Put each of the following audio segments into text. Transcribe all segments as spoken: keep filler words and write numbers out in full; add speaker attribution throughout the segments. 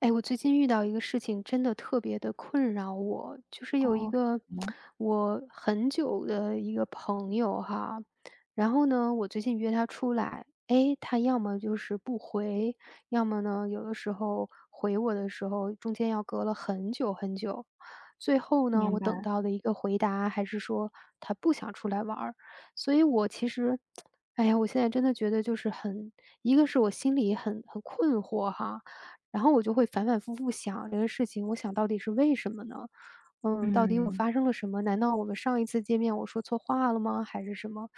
Speaker 1: 哎，我最近遇到一个事情，真的特别的困扰我。就是有一
Speaker 2: 哦，
Speaker 1: 个
Speaker 2: 能
Speaker 1: 我很久的一个朋友哈。然后呢，我最近约他出来，哎，他要么就是不回，要么呢，有的时候回我的时候，中间要隔了很久很久。最后呢，
Speaker 2: 明
Speaker 1: 我等
Speaker 2: 白，
Speaker 1: 到的一个回答还是说他不想出来玩儿。所以我其实，哎呀，我现在真的觉得就是很一个是我心里很很困惑哈。然后我就会反反复复想这个事情，我想到底是为什么呢？嗯，到底我
Speaker 2: 嗯，
Speaker 1: 发生了什么？难道我们上一次见面我说错话了吗？还是什么？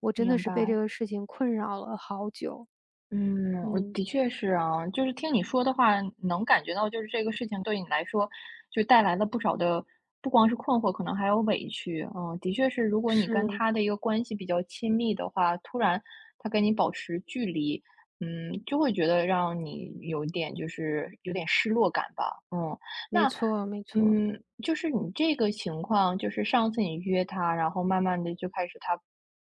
Speaker 1: 我真的
Speaker 2: 明
Speaker 1: 是被这
Speaker 2: 白。
Speaker 1: 个事情困扰了好久。
Speaker 2: 嗯，我
Speaker 1: 嗯，
Speaker 2: 的确是啊，就是听你说的话，能感觉到就是这个事情对你来说，就带来了不少的，不光是困惑，可能还有委屈。嗯，的确是，如果你跟
Speaker 1: 是，
Speaker 2: 他的一个关系比较亲密的话，突然他跟你保持距离，嗯，就会觉得让你有点就是有点失落感吧。嗯，
Speaker 1: 没
Speaker 2: 那
Speaker 1: 错没错。
Speaker 2: 嗯，就是你这个情况，就是上次你约他，然后慢慢的就开始他，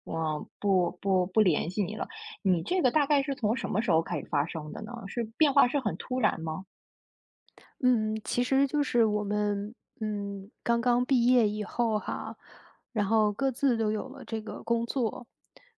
Speaker 2: 嗯，不不不联系你了。你这个大概是从什么时候开始发生的呢？是变化是很突然吗？
Speaker 1: 嗯，其实就是我们，嗯，刚刚毕业以后哈，然后各自都有了这个工作。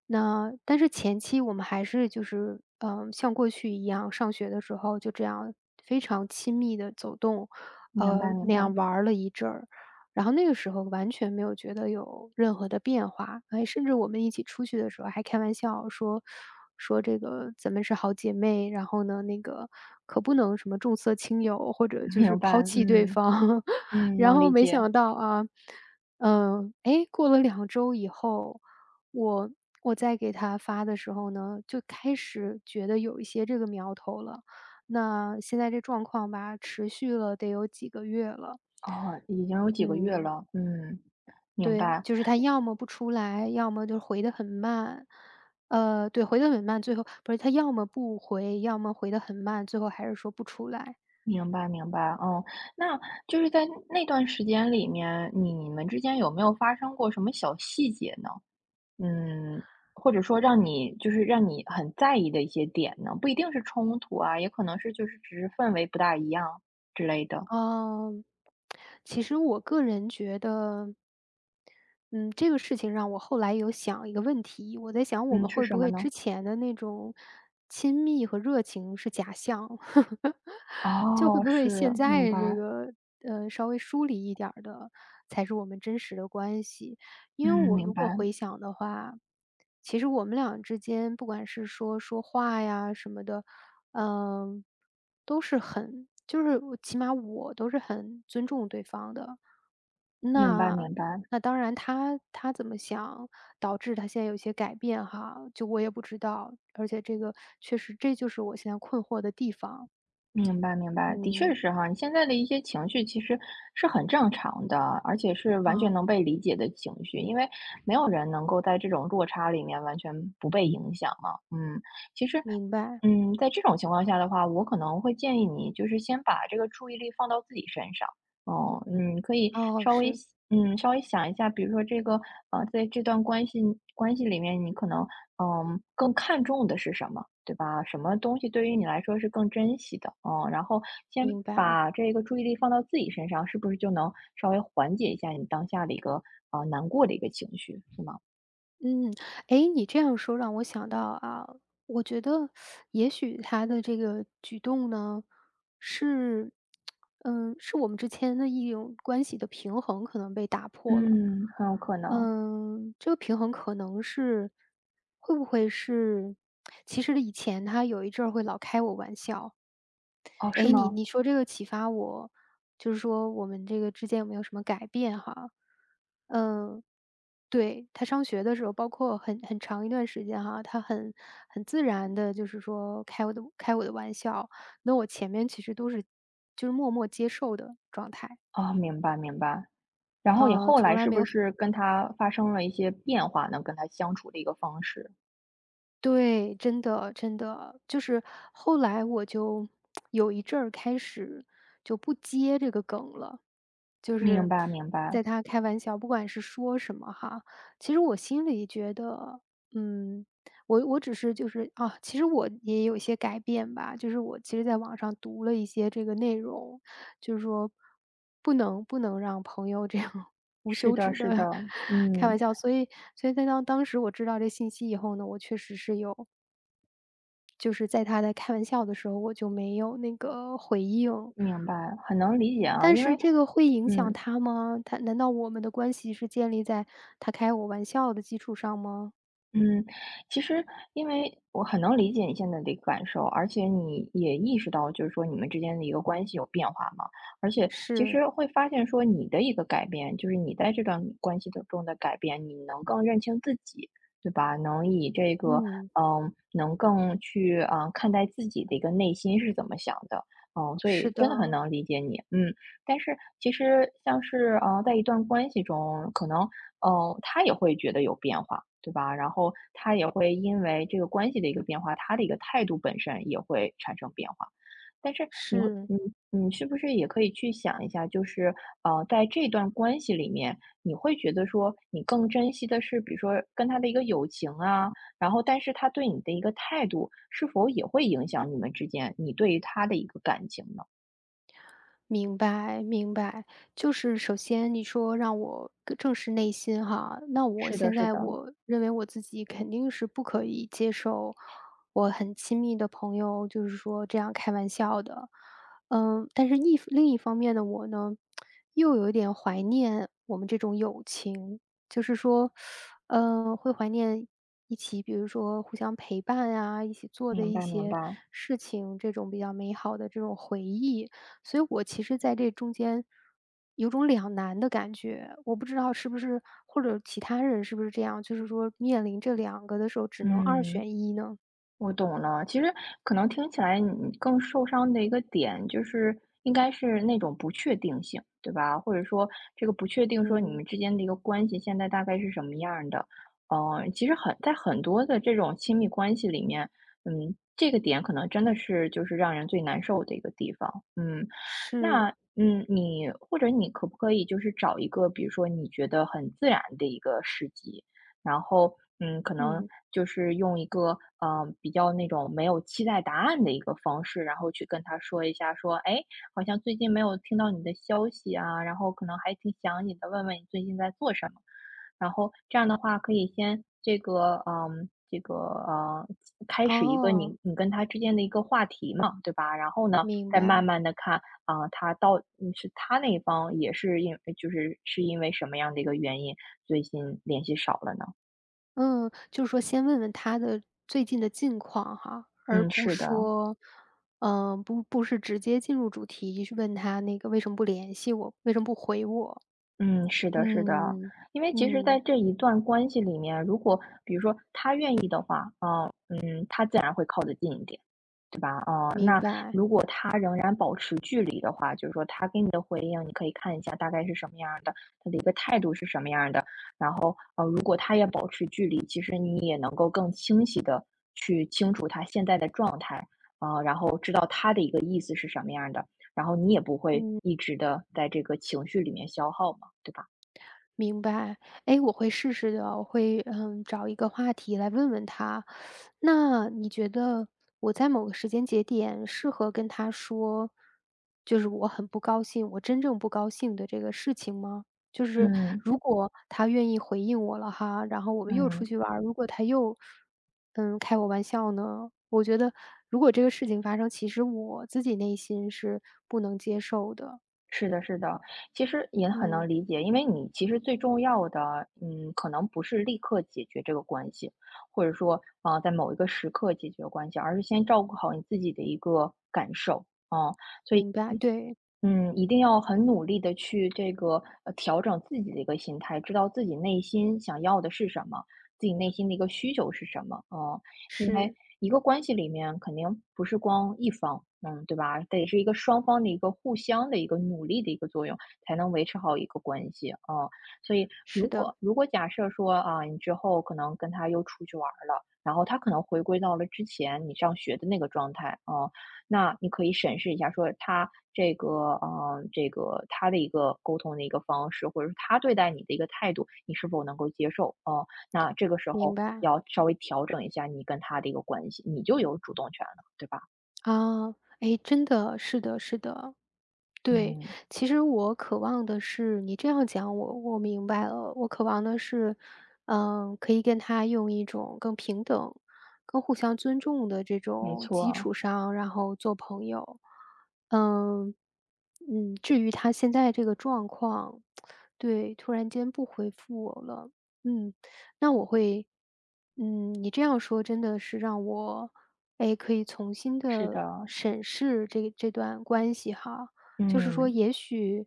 Speaker 1: 那但是前期我们还是就是，嗯，呃像过去一样，上学的时候就这样非常亲密的走动，
Speaker 2: 明白
Speaker 1: 呃，
Speaker 2: 明
Speaker 1: 那
Speaker 2: 白，
Speaker 1: 样玩儿了一阵儿。然后那个时候完全没有觉得有任何的变化，哎，甚至我们一起出去的时候还开玩笑说说这个咱们是好姐妹，然后呢，那个可不能什么重色轻友，或者 就是
Speaker 2: 明白，
Speaker 1: 抛弃对
Speaker 2: 嗯，
Speaker 1: 方。
Speaker 2: 嗯，
Speaker 1: 然
Speaker 2: 能
Speaker 1: 后
Speaker 2: 理
Speaker 1: 没
Speaker 2: 解。
Speaker 1: 想到啊，嗯，哎，过了两周以后，我我再给他发的时候呢，就开始觉得有一些这个苗头了。那现在这状况吧，持续了得有几个月了。
Speaker 2: 哦，已经有几个月
Speaker 1: 嗯。
Speaker 2: 了，嗯，明
Speaker 1: 对，
Speaker 2: 白
Speaker 1: 就是他要么不出来，要么就回得很慢。呃，对，回得很慢，最后不是他要么不回，要么回得很慢，最后还是说不出来。
Speaker 2: 明白明白，嗯，那就是在那段时间里面，你们之间有没有发生过什么小细节呢？嗯，或者说让你就是让你很在意的一些点呢？不一定是冲突啊，也可能是就是只是氛围不大一样之类的。
Speaker 1: 哦。其实我个人觉得，嗯，这个事情让我后来有想一个问题，我在想我
Speaker 2: 嗯，
Speaker 1: 们
Speaker 2: 是
Speaker 1: 会
Speaker 2: 什
Speaker 1: 不
Speaker 2: 么
Speaker 1: 会之
Speaker 2: 呢？
Speaker 1: 前的那种亲密和热情是假象，就会
Speaker 2: 哦，
Speaker 1: 不会
Speaker 2: 是，
Speaker 1: 现
Speaker 2: 明
Speaker 1: 在
Speaker 2: 白。
Speaker 1: 这个呃稍微疏离一点儿的才是我们真实的关系？因为
Speaker 2: 嗯，
Speaker 1: 我
Speaker 2: 明
Speaker 1: 如
Speaker 2: 白，
Speaker 1: 果回想的话。其实我们俩之间，不管是说说话呀什么的，嗯，都是很就是我起码我都是很尊重对方的。
Speaker 2: 明白。
Speaker 1: 那
Speaker 2: 明白，
Speaker 1: 那当然他他怎么想，导致他现在有些改变哈，就我也不知道。而且这个确实这就是我现在困惑的地方。
Speaker 2: 明白，明白，的确
Speaker 1: 嗯，
Speaker 2: 是哈，你现在的一些情绪其实是很正常的，而且是完全
Speaker 1: 啊，
Speaker 2: 能被理解的情绪，因为没有人能够在这种落差里面完全不被影响嘛。嗯，其实，
Speaker 1: 明白。
Speaker 2: 嗯，在这种情况下的话，我可能会建议你就是先把这个注意力放到自己身上。哦，嗯，可以
Speaker 1: 哦，
Speaker 2: 稍微
Speaker 1: 是，
Speaker 2: 想嗯，稍微想一下，比如说这个，呃，在这段关系关系里面，你可能，嗯，更看重的是什么，对吧？什么东西对于你来说是更珍惜的？嗯，然后先
Speaker 1: 明白。
Speaker 2: 把这个注意力放到自己身上，是不是就能稍微缓解一下你当下的一个，呃，难过的一个情绪，是吗？
Speaker 1: 嗯，诶，你这样说让我想到啊，我觉得也许他的这个举动呢，是，嗯，是我们之间的一种关系的平衡可能被打破了。
Speaker 2: 嗯，很有可能。
Speaker 1: 嗯，这个平衡可能是会不会是其实以前他有一阵儿会老开我玩笑，
Speaker 2: 哦，是
Speaker 1: 诶，你
Speaker 2: 吗？
Speaker 1: 你说这个启发我，就是说我们这个之间有没有什么改变哈？嗯。对，他上学的时候，包括很很长一段时间哈，他很很自然的，就是说开我的开我的玩笑，那我前面其实都是就是默默接受的状态，
Speaker 2: 哦，明白明白。然后你
Speaker 1: 呃，
Speaker 2: 后
Speaker 1: 从
Speaker 2: 来
Speaker 1: 来
Speaker 2: 是
Speaker 1: 没
Speaker 2: 不
Speaker 1: 有
Speaker 2: 是跟他发生了一些变化呢？跟他相处的一个方式？
Speaker 1: 对，真的真的，就是后来我就 有一阵儿开始就不接这个梗了。就
Speaker 2: 明
Speaker 1: 是
Speaker 2: 白明白，
Speaker 1: 在他开玩笑，不管是说什么哈，其实我心里觉得，嗯，我我只是就是啊，其实我也有一些改变吧，就是我其实在网上读了一些这个内容，就是说不能不能让朋友这样 无
Speaker 2: 是
Speaker 1: 休
Speaker 2: 的
Speaker 1: 止的
Speaker 2: 是的。
Speaker 1: 开玩
Speaker 2: 嗯，
Speaker 1: 笑，所以所以在当当时我知道这信息以后呢，我确实是有。就是在他在开玩笑的时候，我就没有那个回应，
Speaker 2: 明白，很能理解啊。
Speaker 1: 但
Speaker 2: 因为
Speaker 1: 是这个会影响
Speaker 2: 嗯，
Speaker 1: 他吗？他难道我们的关系是建立在他开我玩笑的基础上吗？
Speaker 2: 嗯，其实因为我很能理解你现在的一个感受，而且你也意识到，就是说你们之间的一个关系有变化嘛。而且其
Speaker 1: 是，
Speaker 2: 实会发现说你的一个改变，就是你在这段关系的中的改变，你能更认清自己，对吧？能以这个
Speaker 1: 嗯，
Speaker 2: 嗯，能更去嗯、呃看待自己的一个内心是怎么想的。嗯，所
Speaker 1: 是
Speaker 2: 以真的很
Speaker 1: 的，
Speaker 2: 能理解你。嗯，但是其实像是呃，在一段关系中，可能嗯，他也会觉得有变化，对吧？然后他也会因为这个关系的一个变化，他的一个态度本身也会产生变化。但是你会
Speaker 1: 是。
Speaker 2: 嗯，你是不是也可以去想一下，就是呃，在这段关系里面，你会觉得说你更珍惜的是，比如说跟他的一个友情啊，然后但是他对你的一个态度，是否也会影响你们之间你对于他的一个感情呢？
Speaker 1: 明白，明白。就是首先你说让我更正视内心哈，那我
Speaker 2: 是的，
Speaker 1: 现
Speaker 2: 是
Speaker 1: 在
Speaker 2: 的，
Speaker 1: 我认为我自己肯定是不可以接受我很亲密的朋友就是说这样开玩笑的，嗯，但是一另一方面的我呢，又有一点怀念我们这种友情，就是说，嗯会怀念一起，比如说互相陪伴啊，一起做的
Speaker 2: 明
Speaker 1: 一
Speaker 2: 白，明
Speaker 1: 些
Speaker 2: 白，
Speaker 1: 事情，这种比较美好的这种回忆。所以我其实在这中间有种两难的感觉，我不知道是不是或者其他人是不是这样，就是说面临这两个的时候只能二
Speaker 2: 嗯。
Speaker 1: 选一呢？
Speaker 2: 我懂了，其实可能听起来你更受伤的一个点，就是应该是那种不确定性，对吧？或者说这个不确定，说你
Speaker 1: 嗯，
Speaker 2: 们之间的一个关系现在大概是什么样儿的？嗯，其实很在很多的这种亲密关系里面，嗯，这个点可能真的是就是让人最难受的一个地方。嗯，那
Speaker 1: 是，
Speaker 2: 嗯，你或者你可不可以就是找一个，比如说你觉得很自然的一个时机，然后，嗯，可能
Speaker 1: 嗯，
Speaker 2: 就是用一个嗯呃比较那种没有期待答案的一个方式，然后去跟他说一下，说，哎，诶好像最近没有听到你的消息啊，然后可能还挺想你的，问问你最近在做什么。然后这样的话，可以先这个，嗯，这个呃，开始一个
Speaker 1: 哦，
Speaker 2: 你你跟他之间的一个话题嘛，对吧？然后呢，
Speaker 1: 明
Speaker 2: 再慢
Speaker 1: 白。
Speaker 2: 慢的看啊、他到嗯是他那一方也是因就是是因为什么样的一个原因，最近联系少了呢？
Speaker 1: 嗯，就是说先问问他的最近的近况哈，而
Speaker 2: 嗯，
Speaker 1: 不
Speaker 2: 是的，
Speaker 1: 说，嗯，不不是直接进入主题去问他那个为什么不联系我，为什么不回我？
Speaker 2: 嗯，是的，是的。
Speaker 1: 嗯
Speaker 2: 因为其实在
Speaker 1: 嗯，
Speaker 2: 这一段关系里面，如果比如说他愿意的话，啊，嗯，他自然会靠得近一点。对吧？哦，
Speaker 1: 明
Speaker 2: 那
Speaker 1: 白。
Speaker 2: 如果他仍然保持距离的话，就是说他给你的回应，你可以看一下大概是什么样儿的，他的一个态度是什么样儿的。然后，呃，如果他也保持距离，其实你也能够更清晰的去清楚他现在的状态，啊、然后知道他的一个意思是什么样儿的，然后你也不会一直的在这个情绪里面消耗嘛，对吧？
Speaker 1: 明白，哎，我会试试的，我会嗯找一个话题来问问他。那你觉得我在某个时间节点适合跟他说，就是我很不高兴，我真正不高兴的这个事情吗？就是
Speaker 2: 嗯
Speaker 1: 如果他愿意回应我了哈，然后我们又出
Speaker 2: 嗯。
Speaker 1: 去玩儿，如果他又嗯开我玩笑呢，我觉得如果这个事情发生，其实我自己内心是不能接受的。
Speaker 2: 是的，是的，其实也很
Speaker 1: 嗯，
Speaker 2: 能理解，因为你其实最重要的，嗯，可能不是立刻解决这个关系，或者说，啊、在某一个时刻解决关系，而是先照顾好你自己的一个感受，啊、所以。
Speaker 1: 明白，对，
Speaker 2: 嗯，一定要很努力的去这个，呃，调整自己的一个心态，知道自己内心想要的是什么，自己内心的一个需求是什么，嗯。因为
Speaker 1: 是
Speaker 2: 一个关系里面肯定不是光一方，嗯，对吧？得是一个双方的一个互相的一个努力的一个作用，才能维持好一个关系，嗯。所以
Speaker 1: 是
Speaker 2: 如
Speaker 1: 的。
Speaker 2: 果如果假设说，啊，你之后可能跟他又出去玩儿了，然后他可能回归到了之前你上学的那个状态，嗯，那你可以审视一下，说他这个，呃，这个他的一个沟通的一个方式，或者是他对待你的一个态度，你是否能够接受？嗯，那这个时
Speaker 1: 明
Speaker 2: 候
Speaker 1: 白，
Speaker 2: 要稍微调整一下你跟他的一个关系，你就有主动权了，对吧？
Speaker 1: 啊，哎，真的，是的，是的，对，
Speaker 2: 嗯，
Speaker 1: 其实我渴望的是你这样讲我我明白了，我渴望的是，嗯，可以跟他用一种更平等、更互相尊重的这
Speaker 2: 没
Speaker 1: 种基
Speaker 2: 错，
Speaker 1: 础上，然后做朋友。嗯，嗯，至于他现在这个状况，对，突然间不回复我了，嗯，那我会，嗯，你这样说真的是让我，哎，可以重新
Speaker 2: 是的，
Speaker 1: 的审视这这段关系哈。就是说
Speaker 2: 嗯。
Speaker 1: 也许，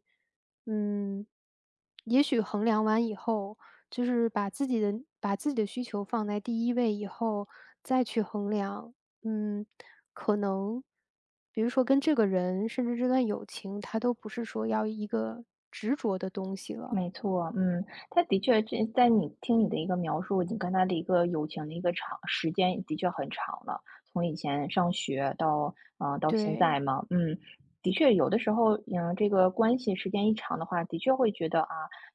Speaker 1: 嗯，也许衡量完以后，就是把自己的把自己的需求放在第一位以后，再去衡量，嗯，可能比如说跟这个人，甚至这段友情，它都不是说要一个执着的东西了。
Speaker 2: 没错，嗯，他的确这在你听你的一个描述，你跟他的一个友情的一个长时间的确很长了，从以前上学到呃，到现
Speaker 1: 对，
Speaker 2: 在嘛，嗯，的确有的时候，嗯，这个关系时间一长的话，的确会觉得啊，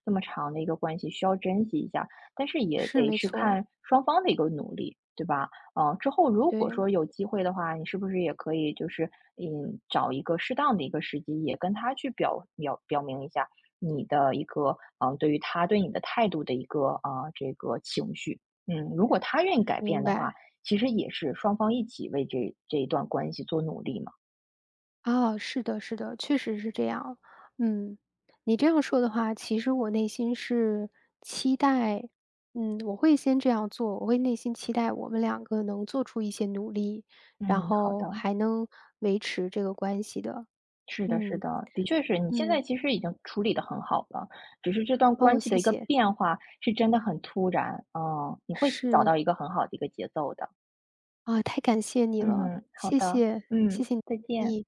Speaker 2: 这么长的一个关系需要珍惜一下，但是也
Speaker 1: 是
Speaker 2: 得
Speaker 1: 没
Speaker 2: 是
Speaker 1: 错，
Speaker 2: 看双方的一个努力，对吧？嗯，呃之后如果
Speaker 1: 对，
Speaker 2: 说有机会的话，你是不是也可以就是嗯，找一个适当的一个时机，也跟他去表表表明一下。你的一个，呃，对于他对你的态度的一个，啊，这个情绪。嗯，如果他愿意改变
Speaker 1: 明
Speaker 2: 的
Speaker 1: 白。
Speaker 2: 话，其实也是双方一起为这这一段关系做努力嘛。
Speaker 1: 哦，是的，是的，确实是这样。嗯，你这样说的话，其实我内心是期待，嗯，我会先这样做，我会内心期待我们两个能做出一些努力，然
Speaker 2: 嗯，好
Speaker 1: 后
Speaker 2: 的，
Speaker 1: 还能维持这个关系的。
Speaker 2: 是的，是
Speaker 1: 嗯
Speaker 2: 的，的确是你现在
Speaker 1: 嗯，
Speaker 2: 其实已经处理的很好了，只是这段关
Speaker 1: 哦，
Speaker 2: 系
Speaker 1: 谢
Speaker 2: 的一个
Speaker 1: 谢，
Speaker 2: 变化是真的很突然，嗯，你会找
Speaker 1: 是
Speaker 2: 到一个很好的一个节奏的。
Speaker 1: 啊，太感谢你了，
Speaker 2: 嗯，好
Speaker 1: 谢
Speaker 2: 的，
Speaker 1: 谢，谢
Speaker 2: 嗯，
Speaker 1: 谢你
Speaker 2: 再
Speaker 1: 的建
Speaker 2: 见。
Speaker 1: 议